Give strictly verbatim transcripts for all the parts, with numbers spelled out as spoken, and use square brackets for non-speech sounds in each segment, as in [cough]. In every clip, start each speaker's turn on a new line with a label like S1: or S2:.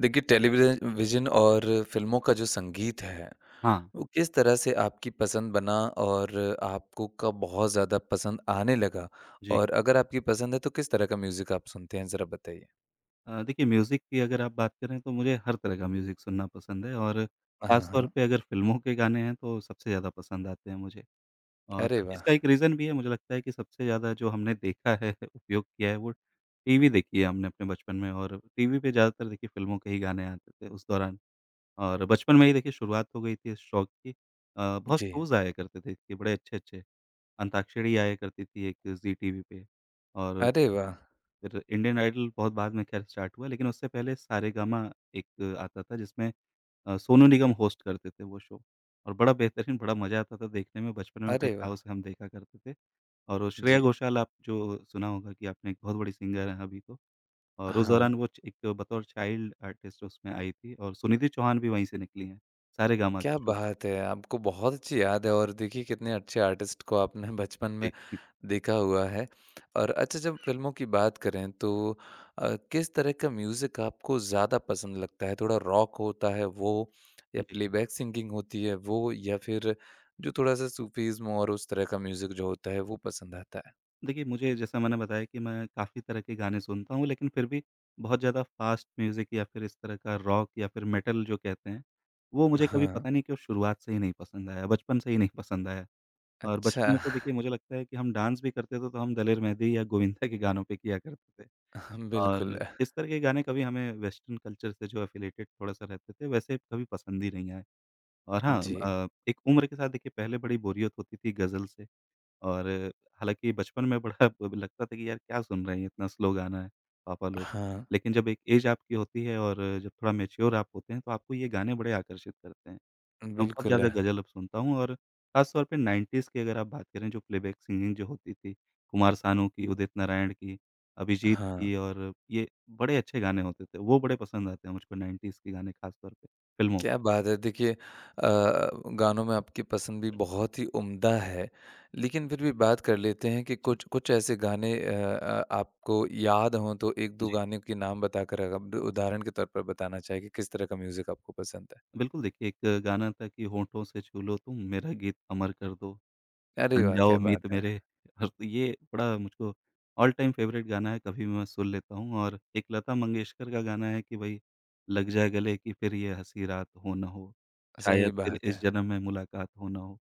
S1: देखिए, television vision और फ़िल्मों का जो संगीत है,
S2: हाँ,
S1: वो किस तरह से आपकी पसंद बना और आपको कब बहुत ज़्यादा पसंद आने लगा?
S2: जी।
S1: और अगर आपकी पसंद है, तो किस तरह का म्यूज़िक आप सुनते हैं, ज़रा बताइए?
S2: अ, देखिए म्यूज़िक की अगर आप बात करें तो मुझे हर तरह का म्यूज़िक सुनना पसंद है और
S1: हाँ,
S2: ख़ास तौर
S1: हाँ।
S2: पे अगर फ़िल्मों के गाने हैं तो सबसे ज़्यादा पसंद आते हैं मुझे। और
S1: अरे वाह!
S2: इसका एक रीज़न भी है मुझे लगता है कि सबसे ज़्यादा जो हमने देखा है, [laughs] उपयोग किया है वो, टीवी देखी है हमने अपने बचपन में, और टीवी पे ज़्यादातर देखिए फ़िल्मों के ही गाने आते थे उस दौरान। और बचपन में ही देखिए शुरुआत हो गई थी इस शौक की। अ, बहुत
S1: जी।
S2: शोज़ आया करते थे इसके, बड़े अच्छे-अच्छे। अंताक्षरी आया करती थी एक ज़ी टीवी पे, और
S1: अरे वाह!
S2: फिर इंडियन आइडल बहुत बाद में ख़ैर स्टार्ट हुआ, लेकिन उससे पहले सारेगामा एक आता था, जिसमें अ, सोनू निगम होस्ट करते थे वो शो। और बड़ा बेहतरीन, बड़ा मज़ा आता था देखने में, बचपन में बड़े
S1: अरे
S2: चाव
S1: वाह!
S2: से हम देखा करते थे। और वो श्रेया
S1: जी।
S2: घोषाल, आप जो सुना होगा कि आपने, एक बहुत बड़ी सिंगर हैं अभी तो, और उस दौरान
S1: हाँ।
S2: वो च एक बतौर चाइल्ड आर्टिस्ट उसमें आई थी, और सुनिधि चौहान भी वहीं से निकली हैं, सारेगामा
S1: क्या
S2: के शो से।
S1: बात है! आपको बहुत अच्छी याद है और देखिए कितने अच्छे आर्टिस्ट को आपने [laughs] बचपन में
S2: जी,
S1: देखा हुआ है। और अच्छा जब फ़िल्मों की बात करें तो अ, किस तरह का म्यूज़िक आपको ज़्यादा पसंद लगता है? थोड़ा रॉक होता है वो या
S2: जी।
S1: प्लेबैक सिंगिंग होती है वो या फिर जो थोड़ा-सा सूफ़ीज़्म और उस तरह का म्यूज़िक जो होता है वो पसंद आता है?
S2: देखिए, मुझे जैसा मैंने बताया कि मैं काफ़ी तरह के गाने सुनता हूँ, लेकिन फिर भी बहुत ज़्यादा फ़ास्ट म्यूज़िक या फिर इस तरह का रॉक या फिर मेटल जो कहते हैं, वो मुझे कभी,
S1: हाँ,
S2: पता नहीं क्यों, शुरुआत से ही नहीं पसंद आया, बचपन से ही नहीं पसंद आया। और
S1: अच्छा।
S2: बचपन में तो देखिए मुझे लगता है कि हम डांस भी करते थे, तो हम दलेर मेहंदी या गोविंदा के गानों पे किया करते थे।
S1: [laughs] बिल्कुल।
S2: और इस तरह के गाने, कभी हमें वेस्टर्न कल्चर से जो एफ़िलिएटेड थोड़ा-सा रहते थे, वैसे कभी पसंद ही नहीं आए। और हाँ
S1: जी।
S2: अ, एक उम्र के साथ देखिए, पहले बड़ी बोरियत होती थी गज़ल से। और हालाँकि बचपन में बड़ा [laughs] लगता था कि यार क्या सुन रहे हैं, इतना स्लो गाना है पापा लोग।
S1: हाँ,
S2: लेकिन जब एक ऐज आपकी होती है और जब थोड़ा मैच्योर आप होते हैं, तो आपको ये गाने बड़े आकर्षित करते हैं। मैं बहुत
S1: बिल्कुल।
S2: ज़्यादा गज़ल अब सुनता हूँ, और ख़ास तौर पे नाइंटीज़ की अगर आप बात करें, जो प्लेबैक सिंगिंग जो होती थी, कुमार सानू की, उदित नारायण की, अभिजीत
S1: हाँ।
S2: की, और ये बड़े अच्छे गाने होते थे। वो बड़े पसंद आते हैं मुझको नाइंटीज़ के गाने, ख़ास तौर पे फ़िल्मों।
S1: क्या बात है! देखिए अ, गानों में आपकी पसंद भी बहुत ही उम्दा है। लेकिन फिर भी बात कर लेते हैं कि
S2: जी,
S1: कुछ कुछ ऐसे गाने अ अ, आपको याद हों तो एक दो
S2: जी।
S1: गाने के नाम बताकर अगर आप उदाहरण के तौर पर बताना चाहें कि किस तरह का म्यूज़िक आपको पसंद है?
S2: बिल्कुल, देखिए एक गाना था कि, होठों से छू लो तुम, मेरा गीत अमर कर दो।
S1: अरे
S2: बन
S1: वाह! क्या
S2: जाओ
S1: बात
S2: मीत
S1: है!
S2: मेरे। और ये बड़ा मुझको ऑल टाइम फ़ेवरेट गाना है, कभी भी मैं सुन लेता हूँ। और एक लता मंगेशकर का गाना है कि भई, लग जा गले कि फिर ये हँसी रात हो ना हो,
S1: सही
S2: शायद फिर
S1: बात
S2: इस
S1: है।
S2: जन्म में मुलाकात हो ना हो।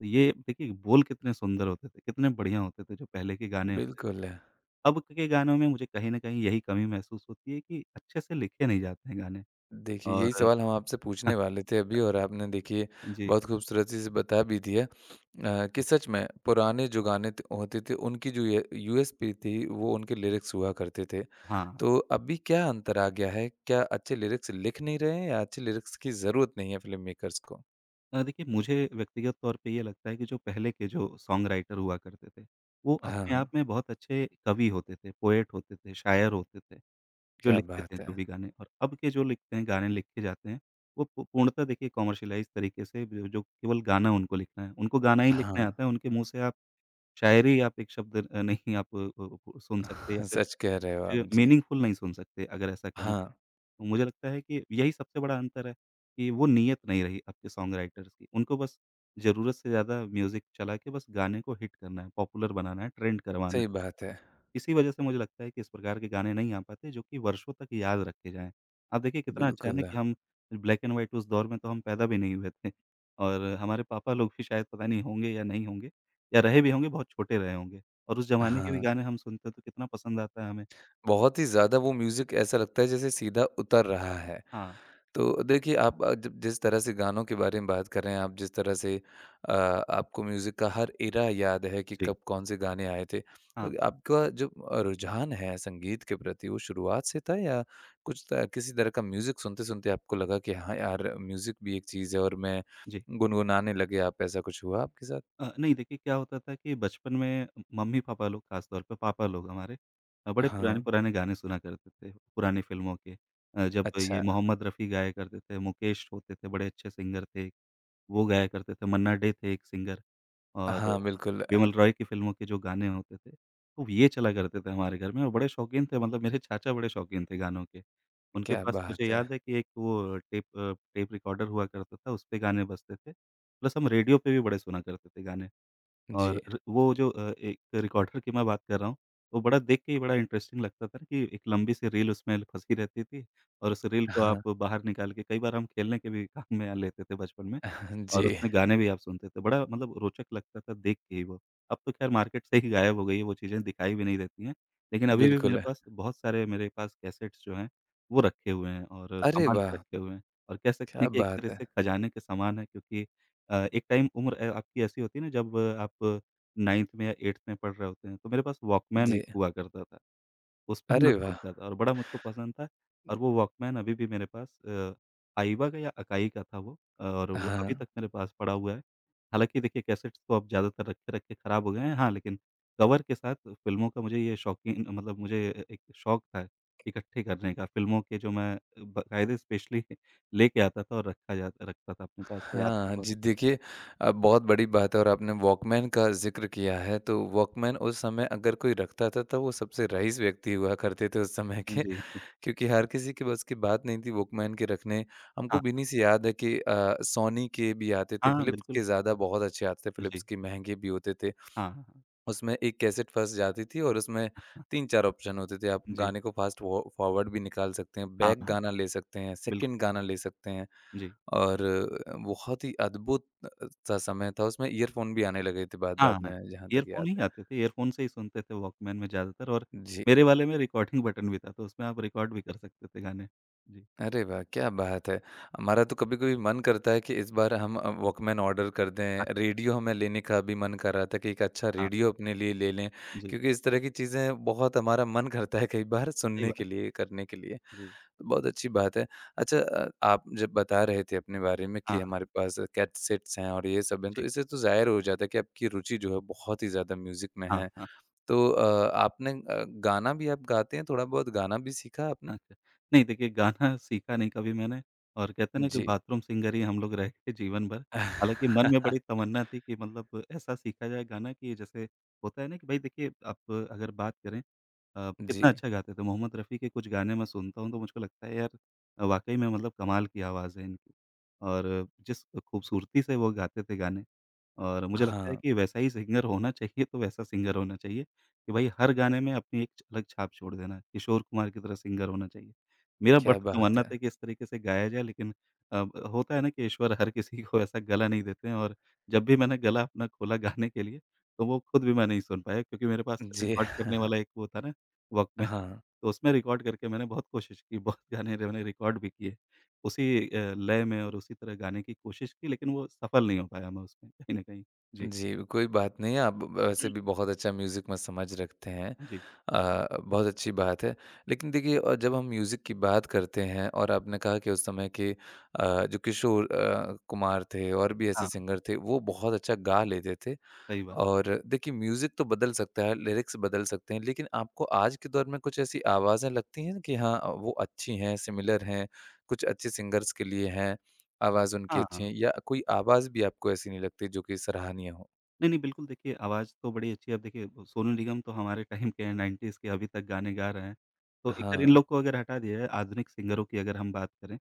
S2: तो ये देखिए बोल कितने सुंदर होते थे, कितने बढ़िया होते थे जो पहले के गाने होते थे।
S1: बिल्कुल। है।
S2: अब के गानों में मुझे कहीं न कहीं यही कमी महसूस होती है कि अच्छे से लिखे नहीं जाते हैं गाने।
S1: देखिए, यही
S2: और
S1: सवाल हम आपसे
S2: [laughs]
S1: पूछने वाले थे अभी और
S2: अच्छा,
S1: आपने देखिए
S2: जी।
S1: बहुत खूबसूरती से बता भी दिया अ, कि सच में पुराने जो गाने त होते थे उनकी जो ये यूएसपी थी वो उनके लिरिक्स हुआ करते थे।
S2: हाँ।
S1: तो अभी क्या अंतर आ गया है? क्या अच्छे लिरिक्स लिख नहीं रहे हैं या अच्छे लिरिक्स की ज़रूरत नहीं है फ़िल्म मेकर्स को?
S2: अ, देखिए मुझे व्यक्तिगत तौर पे ये लगता है कि जो पहले के जो सॉन्ग राइटर हुआ करते थे, वो अपने
S1: हाँ,
S2: आप में बहुत अच्छे कवि होते थे, पोएट होते थे, शायर होते थे, जो
S1: क्या
S2: लिखते थे
S1: बात
S2: जो
S1: है!
S2: भी गाने। और अब के जो लिखते हैं, गाने लिख के जाते हैं, वो पू पूर्णतः देखिए कॉमर्शियलाइज़ तरीके से, जो जो केवल गाना उनको लिखना है, उनको गाना ही
S1: हाँ,
S2: लिखना आता है। उनके मुँह से आप शायरी, आप एक शब्द अ, नहीं, आप अ, अ, सुन सकते, या
S1: [laughs]
S2: फिर
S1: सच कह रहे हो आप,
S2: कुछ
S1: जी।
S2: मीनिंगफुल नहीं सुन सकते अगर ऐसा कहें
S1: हाँ,
S2: तो। तो मुझे लगता है कि यही सबसे बड़ा अंतर है कि वो नियत नहीं रही अब के सॉन्ग राइटर्स की। उनको बस ज़रूरत से ज़्यादा म्यूज़िक चला के बस गाने को हिट करना है, पॉपुलर बनाना है, ट्रेंड करवाना
S1: सही
S2: है।
S1: बात है।
S2: इसी वजह से मुझे लगता है कि इस प्रकार के गाने नहीं आ पाते, जो कि वर्षों तक याद रखे जाएँ। आप देखिए कितना अच्छा है ना
S1: बिल्कुल,
S2: कि हम, ब्लैक एंड व्हाइट उस दौर में तो हम पैदा भी नहीं हुए थे, और हमारे पापा लोग भी शायद, पता नहीं होंगे या नहीं होंगे, या रहे भी होंगे बहुत छोटे रहे होंगे, और उस ज़माने के भी
S1: हाँ।
S2: गाने हम सुनते हैं, तो कितना पसंद आता है हमें।
S1: बहुत ही ज़्यादा वो म्यूज़िक ऐसा लगता है जैसे सीधा उतर रहा है।
S2: हाँ।
S1: तो देखिए आप अ, जब जिस तरह से गानों के बारे में बात कर रहे हैं आप जिस तरह से अ, आपको म्यूज़िक का हर एरा याद है कि
S2: जी,
S1: कब कौन से गाने आए थे।
S2: हाँ,
S1: तो आपका जो अ, रुझान है संगीत के प्रति वो शुरुआत से था या कुछ त किसी तरह का म्यूज़िक सुनते-सुनते आपको लगा कि हाँ यार म्यूज़िक भी एक चीज़ है और मैं
S2: जी।
S1: गुनगुनाने लगे आप ऐसा कुछ हुआ आपके साथ?
S2: अ, नहीं, देखिए क्या होता था कि बचपन में मम्मी-पापा लोग, ख़ास तौर पे पापा लोग हमारे अ, बड़े
S1: हाँ,
S2: पुराने-पुराने गाने सुना करते थे, पुरानी फ़िल्मों के। अ, जब
S1: अच्छा।
S2: ये मोहम्मद रफ़ी गाया करते थे, मुकेश होते थे, बड़े अच्छे सिंगर थे। वो गाया करते थे, मन्ना डे थे एक सिंगर, और
S1: हाँ, बिल्कुल।
S2: बिमल रॉय की फ़िल्मों के जो गाने होते थे, तो ये चला करते थे हमारे घर में। और बड़े शौकीन थे, मतलब मेरे चाचा बड़े शौकीन थे गानों के। उनके
S1: क्या
S2: पास मुझे
S1: बात है!
S2: याद है कि एक वो टेप अ, टेप रिकॉर्डर हुआ करता था, उसपे गाने बजते थे। प्लस हम रेडियो पे भी बड़े सुना करते थे गाने।
S1: जी।
S2: और र वो जो अ, एक रिकॉर्डर की मैं बात कर रहा हूँ, वो बड़ा देख के ही बड़ा इंटरेस्टिंग लगता था ना, कि एक लंबी सी रील उसमें फँसी रहती थी, और उस रील को
S1: हाँ,
S2: आप बाहर निकाल के कई बार हम खेलने के भी काम में लेते थे बचपन में,
S1: [laughs]
S2: और
S1: जी,
S2: उसमें गाने भी आप सुनते थे। बड़ा मतलब रोचक लगता था देख के ही वो। अब तो ख़ैर मार्केट से ही गायब हो गई है वो चीज़ें, दिखाई भी नहीं देती हैं। लेकिन अभी भी मेरे
S1: बिल्कुल।
S2: पास बहुत सारे, मेरे पास कैसेट्स जो हैं, वो रखे हुए हैं और
S1: अरे
S2: सँभाल
S1: वाह!
S2: के रखे हुए हैं, और कह सकते
S1: क्या
S2: हैं कि एक तरह
S1: बात है!
S2: से खजाने के समान है। क्योंकि अ, एक टाइम उम्र अ, आपकी ऐसी होती है ना, जब आप नौवीं में या आठवीं में पढ़ रहे होते हैं, तो मेरे पास वॉकमैन
S1: जी।
S2: एक हुआ करता था, उस पे मैं
S1: अरे वाह!
S2: सुनता था और बड़ा मुझको पसंद था। और वो वॉकमैन अभी भी मेरे पास, अ, आईवा का या अकाई का था वो, और वो अभी
S1: हाँ।
S2: तक मेरे पास पड़ा हुआ है। हालाँकि देखिए कैसेट्स तो अब ज़्यादातर रखे-रखे ख़राब हो गए हैं, हाँ, लेकिन कवर के साथ फ़िल्मों का मुझे ये शौकीन, मतलब मुझे ए एक शौक था इकट्ठे करने का, फ़िल्मों के, जो मैं बाकायदे स्पेशली [laughs] लेके आता था और रखा जाता रखता था अपने पास, तो याद
S1: हाँ,
S2: के तौर
S1: जी देखिए अ, बहुत बड़ी बात है और आपने वॉकमैन का ज़िक्र किया है, तो वॉकमैन उस समय अगर कोई रखता था तो वो सबसे रईस व्यक्ति हुआ करते थे उस समय
S2: पर।
S1: के,
S2: जी।
S1: क्योंकि हर किसी के बस की बात नहीं थी वॉकमैन के रखने। हमको
S2: हाँ,
S1: बिन्नी से याद है कि अ, सोनी के भी आते थे,
S2: हाँ,
S1: फिलिप्स के
S2: बिल्कुल।
S1: ज़्यादा बहुत अच्छे आते थे, फिलिप्स
S2: जी,
S1: के महँगे भी होते थे।
S2: हाँ, हाँ,
S1: उसमें एक कैसेट फँस जाती थी और उसमें
S2: हाँ,
S1: तीन चार ऑप्शन होते थे। आप
S2: जी,
S1: गाने को फ़ास्ट व फॉरवर्ड भी निकाल सकते हैं,
S2: हाँ,
S1: बैक
S2: हाँ,
S1: गाना ले सकते हैं,
S2: बिल्कुल,
S1: सेकंड गाना ले सकते हैं
S2: जी,
S1: और अ, बहुत ही अद्भुत सा समय था। उसमें ईयरफ़ोन भी आने लगे थे
S2: हाँ,
S1: बाद-बाद
S2: हाँ।
S1: में, जहाँ तक
S2: ईयरफ़ोन
S1: याद
S2: ही
S1: है।
S2: आते थे, ईयरफ़ोन से ही सुनते थे वॉकमैन में ज़्यादातर। और
S1: जी।
S2: मेरे वाले में रिकॉर्डिंग बटन भी था, तो उसमें आप रिकॉर्ड भी कर सकते थे गाने। जी,
S1: अरे वाह! क्या बात है। हमारा तो कभी-कभी मन करता है कि इस बार हम अ, वॉकमैन ऑर्डर कर
S2: हाँ,
S1: दें। रेडियो हमें लेने का भी मन कर रहा था कि एक अच्छा
S2: हाँ,
S1: रेडियो अपने लिए ले लें,
S2: जी,
S1: क्योंकि इस तरह की चीज़ें बहुत हमारा मन करता है कई बार
S2: सही
S1: सुनने के
S2: बात है।
S1: लिए, करने के लिए।
S2: जी,
S1: बहुत अच्छी बात है। अच्छा अ, आप जब बता रहे थे अपने बारे में
S2: हाँ,
S1: कि हमारे पास कैसेट्स हैं और ये सब हैं, तो
S2: जी,
S1: इससे तो ज़ाहिर हो जाता है कि आपकी रुचि जो है बहुत ही ज़्यादा म्यूज़िक में
S2: हाँ,
S1: है।
S2: हाँ।
S1: तो अ, आपने अ, गाना भी आप गाते हैं? थोड़ा-बहुत गाना भी सीखा आपने?
S2: अच्छा। नहीं, देखिए गाना सीखा नहीं कभी मैंने, और कहते हैं ना कि
S1: जी।
S2: बाथरूम सिंगर ही हम लोग रह गए जीवन भर। हालाँकि मन में बड़ी
S1: [laughs]
S2: तमन्ना थी कि, मतलब ऐसा सीखा जाए गाना, कि जैसे होता है ना कि भाई, देखिए आप अगर बात करें अ,
S1: जी।
S2: कितना अच्छा गाते थे, मोहम्मद रफ़ी के कुछ गाने मैं सुनता हूँ तो मुझको लगता है यार, वाक़ई में मतलब कमाल की आवाज़ है इनकी। और जिस खूबसूरती से वो गाते थे गाने, और मुझे लगता है
S1: हाँ,
S2: कि वैसा ही सिंगर होना चाहिए, तो वैसा सिंगर होना चाहिए। कि भाई हर गाने में अपनी एक अलग छाप छोड़ देना, किशोर कुमार की तरह सिंगर होना चाहिए। मेरा
S1: क्या
S2: बड़ा
S1: बात
S2: तमन्ना
S1: है।
S2: था कि इस तरीके से गाया जाए, लेकिन अ, होता है ना कि ईश्वर हर किसी को ऐसा गला नहीं देते हैं। और जब भी मैंने गला अपना खोला गाने के लिए, तो वो खुद भी मैं नहीं सुन पाया, क्योंकि मेरे पास
S1: जी। [laughs]
S2: रिकॉर्ड करने वाला एक वो था ना, वॉकमैन,
S1: हाँ।
S2: तो उसमें रिकॉर्ड करके मैंने बहुत कोशिश की, बहुत गाने रे- मैंने रिकॉर्ड भी किए। उसी अ, लय में और उसी तरह गाने की कोशिश की, लेकिन वो सफल नहीं हो पाया मैं उसमें कहीं न कहीं। जी।
S1: जी, कोई बात नहीं। आप वैसे भी बहुत अच्छा म्यूज़िक में समझ रखते हैं।
S2: जी।
S1: अ, बहुत अच्छी बात है। लेकिन देखिए अ, जब हम म्यूज़िक की बात करते हैं और आपने कहा कि उस समय के अ, जो किशोर अ, कुमार थे और भी ऐसे
S2: हाँ,
S1: सिंगर थे, वो
S2: जी,
S1: बहुत अच्छा गा लेते थे।
S2: सही बात।
S1: और देखिए म्यूज़िक तो बदल सकता है, लिरिक्स बदल सकते हैं, लेकिन आपको आज के दौर में कुछ ऐसी आवाज़ें लगती हैं कि हाँ, वो अच्छी हैं, सिमिलर हैं, कुछ अच्छे सिंगर्स के लिए हैं, आवाज़ उनकी
S2: हाँ,
S1: अच्छी
S2: हाँ।
S1: है या कोई आवाज़ भी आपको ऐसी नहीं लगती जो कि सराहनीय हो?
S2: नहीं, नहीं, बिल्कुल, देखिए आवाज़ तो बड़ी अच्छी है। अब देखिए वो सोनू निगम तो हमारे टाइम के हैं, नाइंटीज़ के, अभी तक गाने गा रहे हैं। तो एक तरह
S1: हाँ,
S2: इन लोग को अगर हटा दिया जाए, आधुनिक सिंगरों की अगर हम बात करें,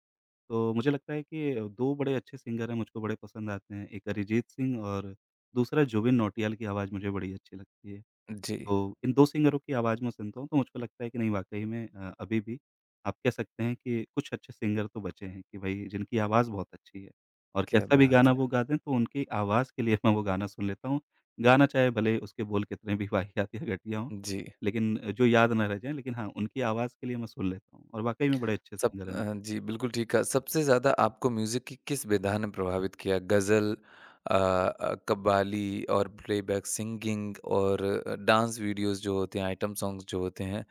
S2: तो मुझे लगता है कि दो बड़े अच्छे सिंगर हैं, मुझको बड़े पसंद आते हैं। एक अरिजीत सिंह और दूसरा जुबिन नौटियाल की आवाज़ मुझे बड़ी अच्छी लगती है।
S1: जी,
S2: तो इन दो सिंगरों की आवाज़ मैं सुनता हूँ, तो मुझको लगता है कि नहीं, वाक़ई में अ, अभी भी आप कह सकते हैं कि कुछ अच्छे सिंगर तो बचे हैं, कि भई जिनकी आवाज़ बहुत अच्छी है, और
S1: क्या
S2: कैसा भी
S1: बात
S2: गाना
S1: है।
S2: वो गा दें तो उनकी आवाज़ के लिए [laughs] मैं वो गाना सुन लेता हूँ। गाना चाहे भले उसके बोल कितने भी वाहियात या घटिया हों,
S1: जी,
S2: लेकिन जो याद ना रह जाएँ, लेकिन हाँ, उनकी आवाज़ के लिए मैं सुन लेता हूँ, और वाक़ई में बड़े अच्छे
S1: सब
S2: सिंगर हैं।
S1: अ, जी, बिल्कुल ठीक कहा। सबसे ज़्यादा आपको म्यूज़िक की किस विधा ने प्रभावित किया? गज़ल अ अ, कव्वाली और प्लेबैक सिंगिंग और अ, डांस वीडियोज़ जो होते हैं, आइटम सॉन्ग्स जो होते हैं,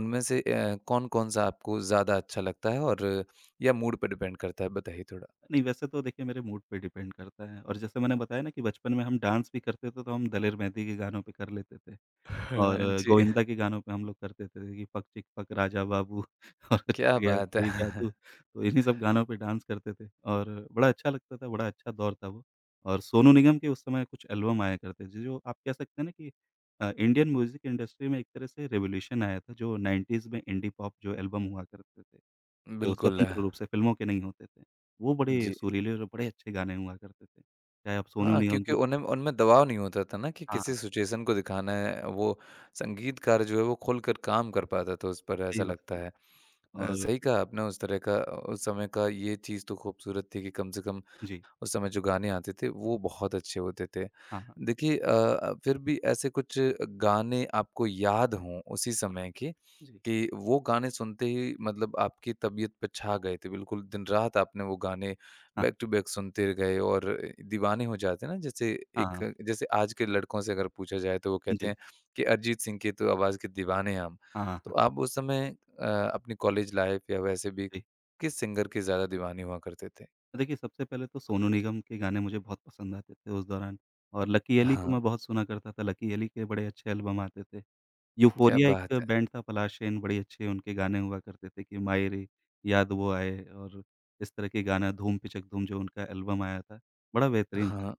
S1: उनमें से अ, कौन-कौन सा आपको ज़्यादा अच्छा लगता है और अ, या मूड पर डिपेंड करता है? बताइए थोड़ा।
S2: नहीं वैसे तो देखिए मेरे मूड पे डिपेंड करता है और जैसे मैंने बताया ना कि बचपन में हम डांस भी करते थे तो हम दलेर मेहंदी के गानों पे कर लेते थे।
S1: [laughs]
S2: और
S1: हाँ जी,
S2: गोविंदा के गानों पे हम लोग करते थे कि पक चिक पक राजा बाबू [laughs] और
S1: क्या
S2: चल गया
S1: बात है।
S2: कोई
S1: [laughs]
S2: जादू, तो इन्हीं सब गानों पे डांस करते थे और बड़ा अच्छा लगता था, बड़ा अच्छा दौर था वो। और सोनू निगम के उस समय कुछ एल्बम आया करते थे, जो आप कह सकते हैं ना कि अ, इंडियन म्यूज़िक इंडस्ट्री में एक तरह से रिवॉल्यूशन आया था, जो नाइंटीज़ में इंडी पॉप जो एल्बम हुआ करते थे, जो
S1: बिल्कुल,
S2: स्वतंत्र रूप से फ़िल्मों के नहीं होते थे। वो बड़े
S1: जी।
S2: सुरीले और बड़े अच्छे गाने हुआ करते थे, चाहे आप सोनू
S1: हाँ,
S2: निगम
S1: क्योंकि
S2: की बात
S1: उन्हें उनमें दबाव नहीं होता था ना कि
S2: हाँ,
S1: किसी सिचुएशन को दिखाना है, वो संगीतकार जो है वो खुलकर काम कर पाता था उस पर ऐसा
S2: सही बात
S1: लगता
S2: है
S1: है। अ,
S2: और
S1: सही कहा आपने उस तरह का उस समय का ये चीज़ तो खूबसूरत थी कि कम से कम
S2: जी,
S1: उस समय जो गाने आते थे वो बहुत अच्छे होते थे।
S2: हाँ, हाँ।
S1: देखिए अ, फिर भी ऐसे कुछ गाने आपको याद हों उसी समय के
S2: जी।
S1: कि वो गाने सुनते ही मतलब आपकी तबीयत पे छा गए थे, बिल्कुल दिन-रात आपने वो गाने
S2: हाँ,
S1: बैक टू बैक सुनते गए और दीवाने हो जाते हैं ना जैसे
S2: हाँ, हाँ।
S1: एक जैसे आज के लड़कों से अगर पूछा जाए तो वो कहते
S2: जी।
S1: हैं कि अरिजीत सिंह की तो आवाज़ के दीवाने हैं हम।
S2: हाँ, हाँ,
S1: तो
S2: हाँ।
S1: आप उस समय अ, अपनी कॉलेज लाइफ़ या वैसे भी
S2: जी।
S1: किस सिंगर के ज़्यादा दीवाने हुआ करते थे?
S2: देखिए, सबसे पहले तो सोनू निगम के गाने मुझे बहुत पसंद आते थे उस दौरान और लकी अली को
S1: हाँ।
S2: मैं बहुत सुना करता था, लकी अली के बड़े अच्छे एल्बम आते थे।
S1: क्या
S2: यूफ़ोरिया एक
S1: बात है!
S2: बैंड था पलाशेन, बड़े अच्छे उनके गाने हुआ करते थे कि माए रे याद वो आए और इस तरह के गाना धूम पिचक धूम जो उनका एल्बम आया था, बड़ा बेहतरीन था।
S1: हाँ,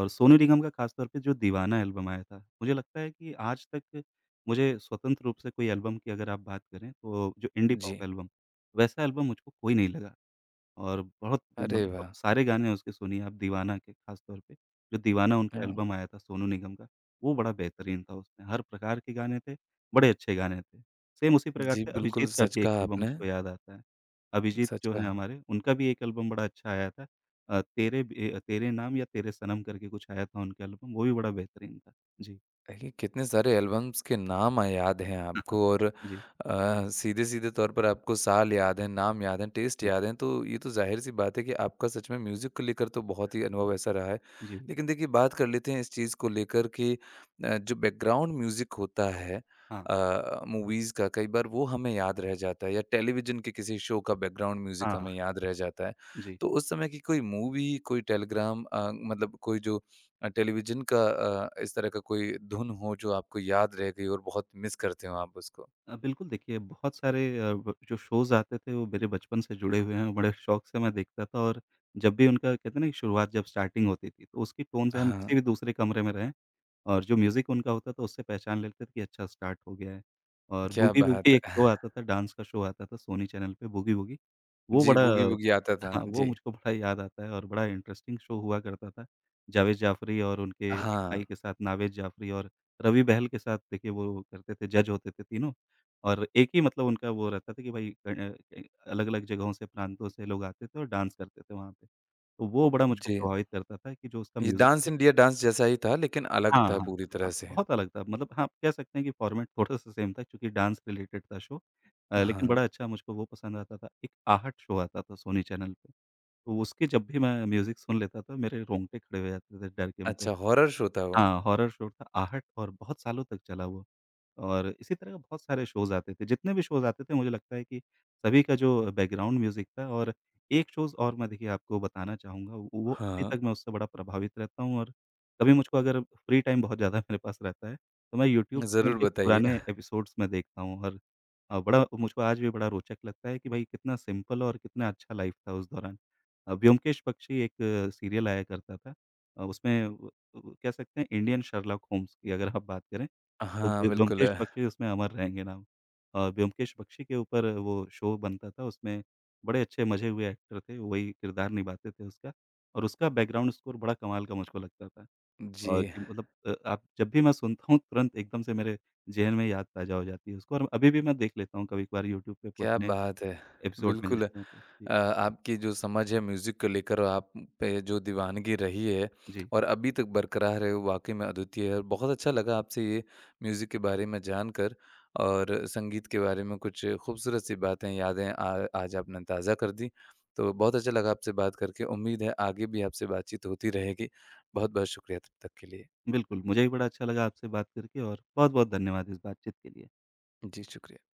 S2: और सोनू निगम का ख़ास तौर पे जो दीवाना एल्बम आया था, मुझे लगता है कि आज तक मुझे स्वतंत्र रूप से कोई एल्बम की अगर आप बात करें, तो जो इंडी
S1: जी।
S2: पॉप एल्बम, वैसा एल्बम मुझको कोई नहीं लगा। और बहुत
S1: अरे
S2: मतलब अब
S1: वाह!
S2: सारे गाने उसके सुनिए आप दीवाना के खास तौर पे, जो दीवाना उनका
S1: हाँ,
S2: एल्बम आया था सोनू निगम का, वो बड़ा बेहतरीन था उसमें, हर प्रकार के गाने थे, बड़े अच्छे गाने थे। सेम उसी प्रकार
S1: जी,
S2: से
S1: बिल्कुल
S2: अभिजीत का
S1: सच
S2: भी एक
S1: कहा
S2: एल्बम
S1: आपने,
S2: मुझको याद आता है। अभिजीत
S1: सच
S2: जो
S1: कहा।
S2: हैं हमारे, उनका भी एक एल्बम बड़ा अच्छा आया था। अ, तेरे ब ए, तेरे नाम या तेरे सनम करके कुछ आया था उनका एल्बम, वो भी बड़ा बेहतरीन था। जी।
S1: देखिए, कितने सारे एल्बम्स के नाम अ, याद हैं
S2: [laughs]
S1: आपको और अ,
S2: जी,
S1: सीधे-सीधे तौर पर आपको साल याद हैं, नाम याद हैं, टेस्ट
S2: जी,
S1: याद हैं, तो ये तो ज़ाहिर-सी बात है कि आपका सच में म्यूज़िक को लेकर तो बहुत ही अनुभव ऐसा रहा है।
S2: जी।
S1: लेकिन देखिए, बात कर लेते हैं इस चीज़ को लेकर कि अ, जो बैकग्राउंड म्यूज़िक होता है
S2: हाँ,
S1: अ, मूवीज़ का, कई बार वो हमें याद रह जाता है या टेलीविज़न के किसी शो का बैकग्राउंड
S2: हाँ,
S1: म्यूज़िक
S2: हाँ,
S1: हमें याद रह जाता है।
S2: जी।
S1: तो उस समय की कोई मूवी, कोई टेलीग्राम अ, मतलब कोई जो अ, टेलीविज़न का अ, इस तरह का कोई धुन हो जो आपको याद रह गई और बहुत मिस करते हो आप उसको?
S2: अ, बिल्कुल देखिए बहुत सारे अ, ब जो शोज़ आते थे वो मेरे बचपन से जुड़े हुए हैं, बड़े शौक से मैं देखता था और जब भी उनका कहते हैं ना कि शुरुआत जब स्टार्टिंग होती थी, तो उसकी टोन से हम
S1: हाँ,
S2: किसी भी दूसरे कमरे में रहें और जो म्यूज़िक उनका होता था उससे पहचान लेते थे कि अच्छा स्टार्ट हो गया है। और
S1: क्या
S2: बूगी
S1: बात
S2: वूगी एक शो
S1: है!
S2: आता
S1: [laughs]
S2: था, डांस का शो आता था सोनी चैनल पे बूगी वूगी, वो
S1: जी,
S2: बड़ा
S1: बूगी वूगी आता
S2: [laughs]
S1: था।
S2: हाँ, वो
S1: जी।
S2: मुझको बड़ा याद आता है और बड़ा इंटरेस्टिंग शो हुआ करता था। जावेद जाफ़री और उनके एक
S1: हाँ,
S2: भाई के साथ नावेद जाफ़री और रवि बहल के साथ देखिए वो करते थे, जज होते थे तीनों और एक ही मतलब उनका वो रहता था कि भई अ अ, अलग-अलग जगहों से, प्रांतों से लोग आते थे और डांस करते थे वहाँ पे। तो वो बड़ा मुझको
S1: जी।
S2: प्रभावित करता था कि जो उसका
S1: ये डांस
S2: म्यूज़िक
S1: इंडिया डांस जैसा ही था लेकिन अलग
S2: हाँ,
S1: था
S2: हाँ,
S1: पूरी तरह
S2: हाँ,
S1: से।
S2: बहुत अलग था। मतलब हाँ, आप कह सकते हैं कि फॉर्मेट थोड़ा-सा सेम था क्योंकि डांस रिलेटेड था शो अ, लेकिन
S1: हाँ,
S2: बड़ा अच्छा मुझको वो पसंद आता था। एक आहट शो आता था सोनी चैनल पे, तो उसके जब भी मैं म्यूज़िक सुन लेता था, मेरे रोंगटे खड़े हो जाते थे डर के मारे।
S1: अच्छा हॉरर शो था वो।
S2: हाँ, हॉरर शो था आहट और बहुत सालों तक चला वो। और इसी तरह का बहुत सारे शोज़ आते थे, जितने भी शोज़ आते थे मुझे लगता है कि सभी का जो बैकग्राउंड म्यूज़िक था और एक शोज़ और मैं देखिए आपको बताना चाहूँगा, वो वो अभी
S1: हाँ,
S2: तक मैं उससे बड़ा प्रभावित रहता हूँ और कभी मुझको अगर फ्री टाइम बहुत ज़्यादा मेरे पास रहता है, तो मैं यूट्यूब पे
S1: ज़रूर
S2: उनके
S1: बताइए।
S2: पुराने
S1: [laughs]
S2: एपिसोड्स में देखता हूँ और अ, बड़ा मुझको आज भी बड़ा रोचक लगता है कि भाई कितना सिंपल और कितना अच्छा लाइफ़ था उस दौरान। अ, ब्योमकेश बख्शी एक सीरियल आया करता था, अ, उसमें तो कह सकते हैं इंडियन शर्लॉक होम्स की अगर आप बात करें, तो
S1: हाँ,
S2: ब्यो
S1: बिल्कुल।
S2: ब्योमकेश बख्शी उसमें अमर रहेंगे नाम। और ब्योमकेश बख्शी के ऊपर वो शो बनता था, उसमें बड़े अच्छे मज़े हुए एक्टर थे, वही किरदार निभाते थे उसका और उसका बैकग्राउंड स्कोर बड़ा कमाल का मुझको लगता था।
S1: जी।
S2: और कि मतलब अ, आप जब भी मैं सुनता हूँ, तुरंत एकदम से मेरे ज़हन में याद ताज़ा हो जाती है उसको और अभी भी मैं देख लेता हूँ कभी-कभार यूट्यूब पे
S1: क्या
S2: पुराने
S1: बात है!
S2: एपिसोड मिल
S1: बिल्कुल
S2: जाते हैं तो। जी,
S1: अ, आपकी जो समझ है म्यूज़िक को लेकर और आप पे जो दीवानगी रही है
S2: जी,
S1: और अभी तक बरकरार है, वो वाक़ई में अद्वितीय है और बहुत अच्छा लगा आपसे ये म्यूज़िक के बारे में जानकर और संगीत के बारे में कुछ खूबसूरत सी बातें, यादें आ आज आपने ताज़ा कर दी। तो बहुत अच्छा लगा आपसे बात करके, उम्मीद है आगे भी आपसे बातचीत होती रहेगी। बहुत-बहुत शुक्रिया तब तक के लिए।
S2: बिल्कुल, मुझे भी बड़ा अच्छा लगा आपसे बात करके और बहुत-बहुत धन्यवाद इस बातचीत के लिए।
S1: जी, शुक्रिया।